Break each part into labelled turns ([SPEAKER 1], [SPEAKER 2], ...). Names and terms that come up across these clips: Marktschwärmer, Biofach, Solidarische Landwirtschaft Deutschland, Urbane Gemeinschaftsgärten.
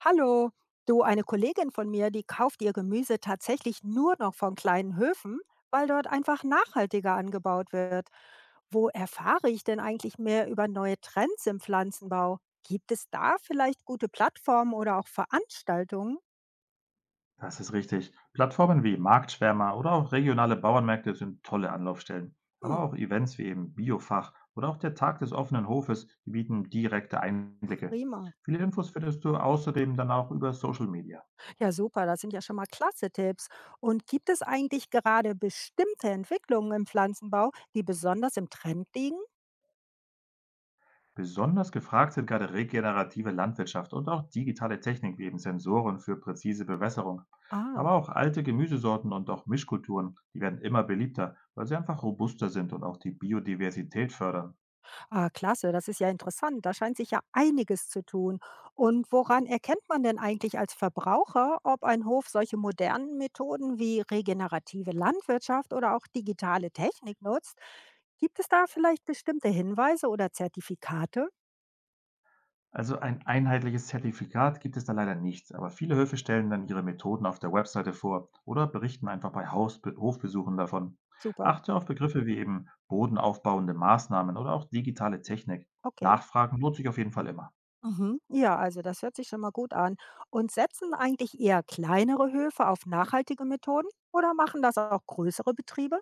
[SPEAKER 1] Hallo, du, eine Kollegin von mir, die kauft ihr Gemüse tatsächlich nur noch von kleinen Höfen, weil dort einfach nachhaltiger angebaut wird. Wo erfahre ich denn eigentlich mehr über neue Trends im Pflanzenbau? Gibt es da vielleicht gute Plattformen oder auch Veranstaltungen?
[SPEAKER 2] Das ist richtig. Plattformen wie Marktschwärmer oder auch regionale Bauernmärkte sind tolle Anlaufstellen.
[SPEAKER 1] Hm,
[SPEAKER 2] Aber auch Events wie eben Biofach oder auch der Tag des offenen Hofes, die bieten direkte Einblicke.
[SPEAKER 1] prima.
[SPEAKER 2] Viele Infos findest du außerdem dann auch über Social Media.
[SPEAKER 1] Ja, super, das sind ja schon mal klasse Tipps. Und gibt es eigentlich gerade bestimmte Entwicklungen im Pflanzenbau, die besonders im Trend liegen?
[SPEAKER 2] Besonders gefragt sind gerade regenerative Landwirtschaft und auch digitale Technik wie eben Sensoren für präzise Bewässerung.
[SPEAKER 1] Ah.
[SPEAKER 2] Aber auch alte Gemüsesorten und auch Mischkulturen, die werden immer beliebter, weil sie einfach robuster sind und auch die Biodiversität fördern.
[SPEAKER 1] Ah, klasse, das ist ja interessant. Da scheint sich ja einiges zu tun. Und woran erkennt man denn eigentlich als Verbraucher, ob ein Hof solche modernen Methoden wie regenerative Landwirtschaft oder auch digitale Technik nutzt? Gibt es da vielleicht bestimmte Hinweise oder Zertifikate?
[SPEAKER 2] Also ein einheitliches Zertifikat gibt es da leider nicht, aber viele Höfe stellen dann ihre Methoden auf der Webseite vor oder berichten einfach bei Hausbe Hofbesuchen davon.
[SPEAKER 1] Super,
[SPEAKER 2] Achte auf Begriffe wie eben bodenaufbauende Maßnahmen oder auch digitale Technik.
[SPEAKER 1] okay.
[SPEAKER 2] Nachfragen lohnt sich auf jeden Fall immer.
[SPEAKER 1] Mhm. Ja, also das hört sich schon mal gut an. Und setzen eigentlich eher kleinere Höfe auf nachhaltige Methoden oder machen das auch größere Betriebe?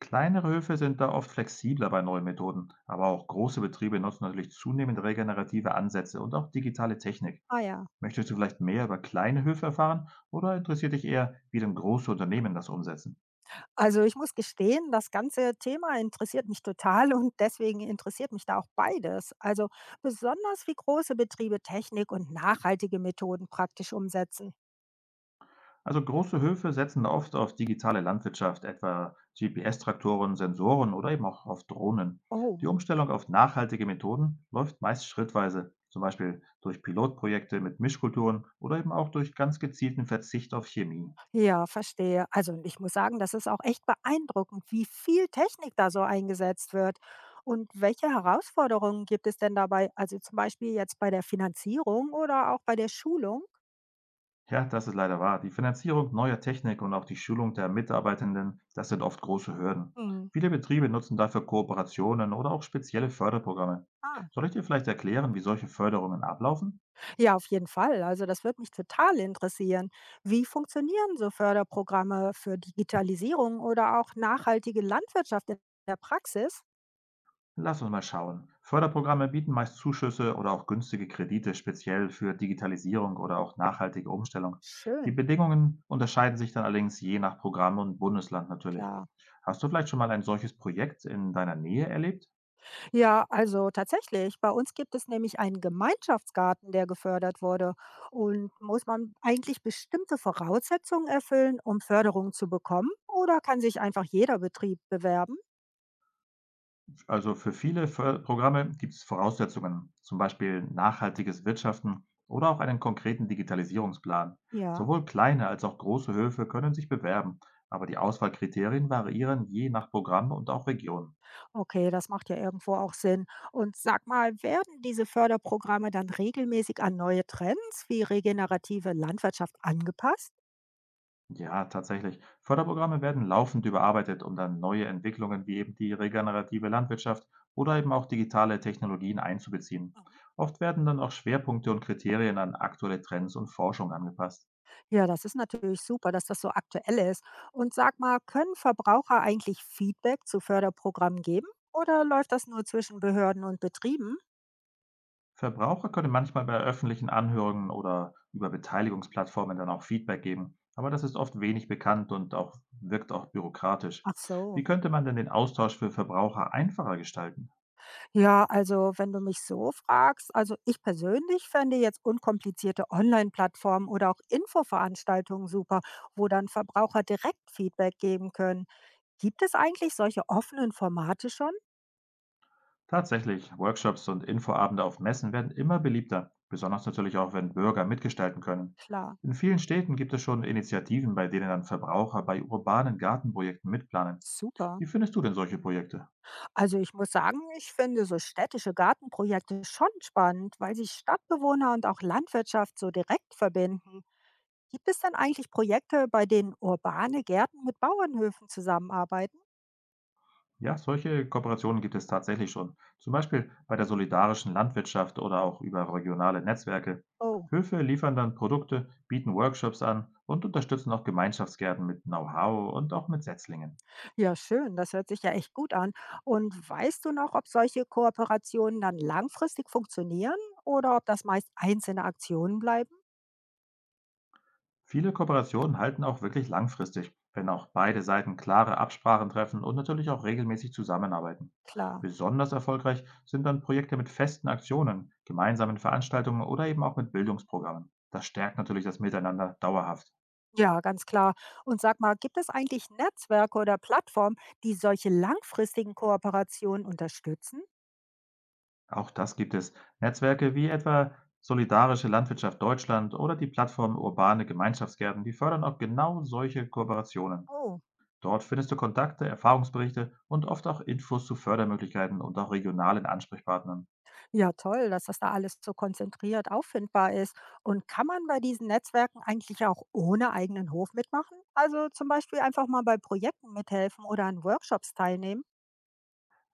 [SPEAKER 2] Kleinere Höfe sind da oft flexibler bei neuen Methoden, aber auch große Betriebe nutzen natürlich zunehmend regenerative Ansätze und auch digitale Technik.
[SPEAKER 1] Ah ja.
[SPEAKER 2] Möchtest du vielleicht mehr über kleine Höfe erfahren oder interessiert dich eher, wie denn große Unternehmen das umsetzen?
[SPEAKER 1] Also, ich muss gestehen, das ganze Thema interessiert mich total und deswegen interessiert mich da auch beides. Also besonders, wie große Betriebe Technik und nachhaltige Methoden praktisch umsetzen.
[SPEAKER 2] Also große Höfe setzen oft auf digitale Landwirtschaft, etwa GPS-Traktoren, Sensoren oder eben auch auf Drohnen. Die
[SPEAKER 1] Oh,
[SPEAKER 2] Umstellung auf nachhaltige Methoden läuft meist schrittweise, zum Beispiel durch Pilotprojekte mit Mischkulturen oder eben auch durch ganz gezielten Verzicht auf Chemie.
[SPEAKER 1] ja, verstehe. Also ich muss sagen, das ist auch echt beeindruckend, wie viel Technik da so eingesetzt wird. Und welche Herausforderungen gibt es denn dabei? Also zum Beispiel jetzt bei der Finanzierung oder auch bei der Schulung?
[SPEAKER 2] Ja, das ist leider wahr. Die Finanzierung neuer Technik und auch die Schulung der Mitarbeitenden, das sind oft große Hürden.
[SPEAKER 1] Hm.
[SPEAKER 2] Viele Betriebe nutzen dafür Kooperationen oder auch spezielle Förderprogramme.
[SPEAKER 1] Ah.
[SPEAKER 2] Soll ich dir vielleicht erklären, wie solche Förderungen ablaufen?
[SPEAKER 1] Ja, auf jeden Fall. Also das würde mich total interessieren. Wie funktionieren so Förderprogramme für Digitalisierung oder auch nachhaltige Landwirtschaft in der Praxis?
[SPEAKER 2] Lass uns mal schauen. Förderprogramme bieten meist Zuschüsse oder auch günstige Kredite, speziell für Digitalisierung oder auch nachhaltige Umstellung. Die
[SPEAKER 1] Schön,
[SPEAKER 2] Bedingungen unterscheiden sich dann allerdings je nach Programm und Bundesland natürlich.
[SPEAKER 1] klar.
[SPEAKER 2] Hast du vielleicht schon mal ein solches Projekt in deiner Nähe erlebt?
[SPEAKER 1] Ja, also tatsächlich, bei uns gibt es nämlich einen Gemeinschaftsgarten, der gefördert wurde. Und muss man eigentlich bestimmte Voraussetzungen erfüllen, um Förderung zu bekommen? Oder kann sich einfach jeder Betrieb bewerben?
[SPEAKER 2] Also für viele Förder- Programme gibt es Voraussetzungen, zum Beispiel nachhaltiges Wirtschaften oder auch einen konkreten Digitalisierungsplan.
[SPEAKER 1] Ja.
[SPEAKER 2] Sowohl kleine als auch große Höfe können sich bewerben, aber die Auswahlkriterien variieren je nach Programm und auch Region.
[SPEAKER 1] Okay, das macht ja irgendwo auch Sinn. Und sag mal, werden diese Förderprogramme dann regelmäßig an neue Trends wie regenerative Landwirtschaft angepasst?
[SPEAKER 2] Ja, tatsächlich. Förderprogramme werden laufend überarbeitet, um dann neue Entwicklungen wie eben die regenerative Landwirtschaft oder eben auch digitale Technologien einzubeziehen.
[SPEAKER 1] Mhm.
[SPEAKER 2] Oft werden dann auch Schwerpunkte und Kriterien an aktuelle Trends und Forschung angepasst.
[SPEAKER 1] Ja, das ist natürlich super, dass das so aktuell ist. Und sag mal, können Verbraucher eigentlich Feedback zu Förderprogrammen geben oder läuft das nur zwischen Behörden und Betrieben?
[SPEAKER 2] Verbraucher können manchmal bei öffentlichen Anhörungen oder über Beteiligungsplattformen dann auch Feedback geben, aber das ist oft wenig bekannt und auch wirkt auch bürokratisch.
[SPEAKER 1] Ach
[SPEAKER 2] Wie
[SPEAKER 1] so.
[SPEAKER 2] könnte man denn den Austausch für Verbraucher einfacher gestalten?
[SPEAKER 1] Ja, also wenn du mich so fragst, also ich persönlich fände jetzt unkomplizierte Online-Plattformen oder auch Infoveranstaltungen super, wo dann Verbraucher direkt Feedback geben können. Gibt es eigentlich solche offenen Formate schon?
[SPEAKER 2] Tatsächlich, Workshops und Infoabende auf Messen werden immer beliebter, besonders natürlich auch, wenn Bürger mitgestalten können.
[SPEAKER 1] Klar,
[SPEAKER 2] In vielen Städten gibt es schon Initiativen, bei denen dann Verbraucher bei urbanen Gartenprojekten mitplanen.
[SPEAKER 1] super.
[SPEAKER 2] Wie findest du denn solche Projekte?
[SPEAKER 1] Also ich muss sagen, ich finde so städtische Gartenprojekte schon spannend, weil sie Stadtbewohner und auch Landwirtschaft so direkt verbinden. Gibt es denn eigentlich Projekte, bei denen urbane Gärten mit Bauernhöfen zusammenarbeiten?
[SPEAKER 2] Ja, solche Kooperationen gibt es tatsächlich schon. Zum Beispiel bei der solidarischen Landwirtschaft oder auch über regionale Netzwerke.
[SPEAKER 1] Oh.
[SPEAKER 2] Höfe liefern dann Produkte, bieten Workshops an und unterstützen auch Gemeinschaftsgärten mit Know-how und auch mit Setzlingen.
[SPEAKER 1] Ja, schön. Das hört sich ja echt gut an. Und weißt du noch, ob solche Kooperationen dann langfristig funktionieren oder ob das meist einzelne Aktionen bleiben?
[SPEAKER 2] Viele Kooperationen halten auch wirklich langfristig, wenn auch beide Seiten klare Absprachen treffen und natürlich auch regelmäßig zusammenarbeiten.
[SPEAKER 1] Klar.
[SPEAKER 2] Besonders erfolgreich sind dann Projekte mit festen Aktionen, gemeinsamen Veranstaltungen oder eben auch mit Bildungsprogrammen. Das stärkt natürlich das Miteinander dauerhaft.
[SPEAKER 1] Ja, ganz klar. Und sag mal, gibt es eigentlich Netzwerke oder Plattformen, die solche langfristigen Kooperationen unterstützen?
[SPEAKER 2] Auch das gibt es. Netzwerke wie etwa Solidarische Landwirtschaft Deutschland oder die Plattform Urbane Gemeinschaftsgärten, die fördern auch genau solche Kooperationen.
[SPEAKER 1] Oh,
[SPEAKER 2] Dort findest du Kontakte, Erfahrungsberichte und oft auch Infos zu Fördermöglichkeiten und auch regionalen Ansprechpartnern.
[SPEAKER 1] ja, toll, dass das da alles so konzentriert auffindbar ist. Und kann man bei diesen Netzwerken eigentlich auch ohne eigenen Hof mitmachen? Also zum Beispiel einfach mal bei Projekten mithelfen oder an Workshops teilnehmen?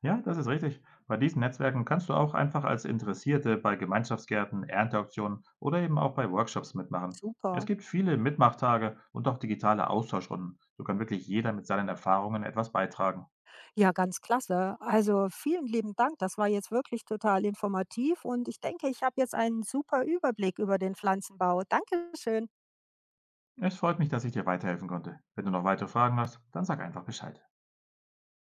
[SPEAKER 2] Ja, das ist richtig. Bei diesen Netzwerken kannst du auch einfach als Interessierte bei Gemeinschaftsgärten, Ernteauktionen oder eben auch bei Workshops mitmachen. Es
[SPEAKER 1] Super.
[SPEAKER 2] gibt viele Mitmachtage und auch digitale Austauschrunden. So kann wirklich jeder mit seinen Erfahrungen etwas beitragen.
[SPEAKER 1] Ja, ganz klasse. Also vielen lieben Dank. Das war jetzt wirklich total informativ und ich denke, ich habe jetzt einen super Überblick über den Pflanzenbau. Dankeschön.
[SPEAKER 2] Es freut mich, dass ich dir weiterhelfen konnte. Wenn du noch weitere Fragen hast, dann sag einfach Bescheid.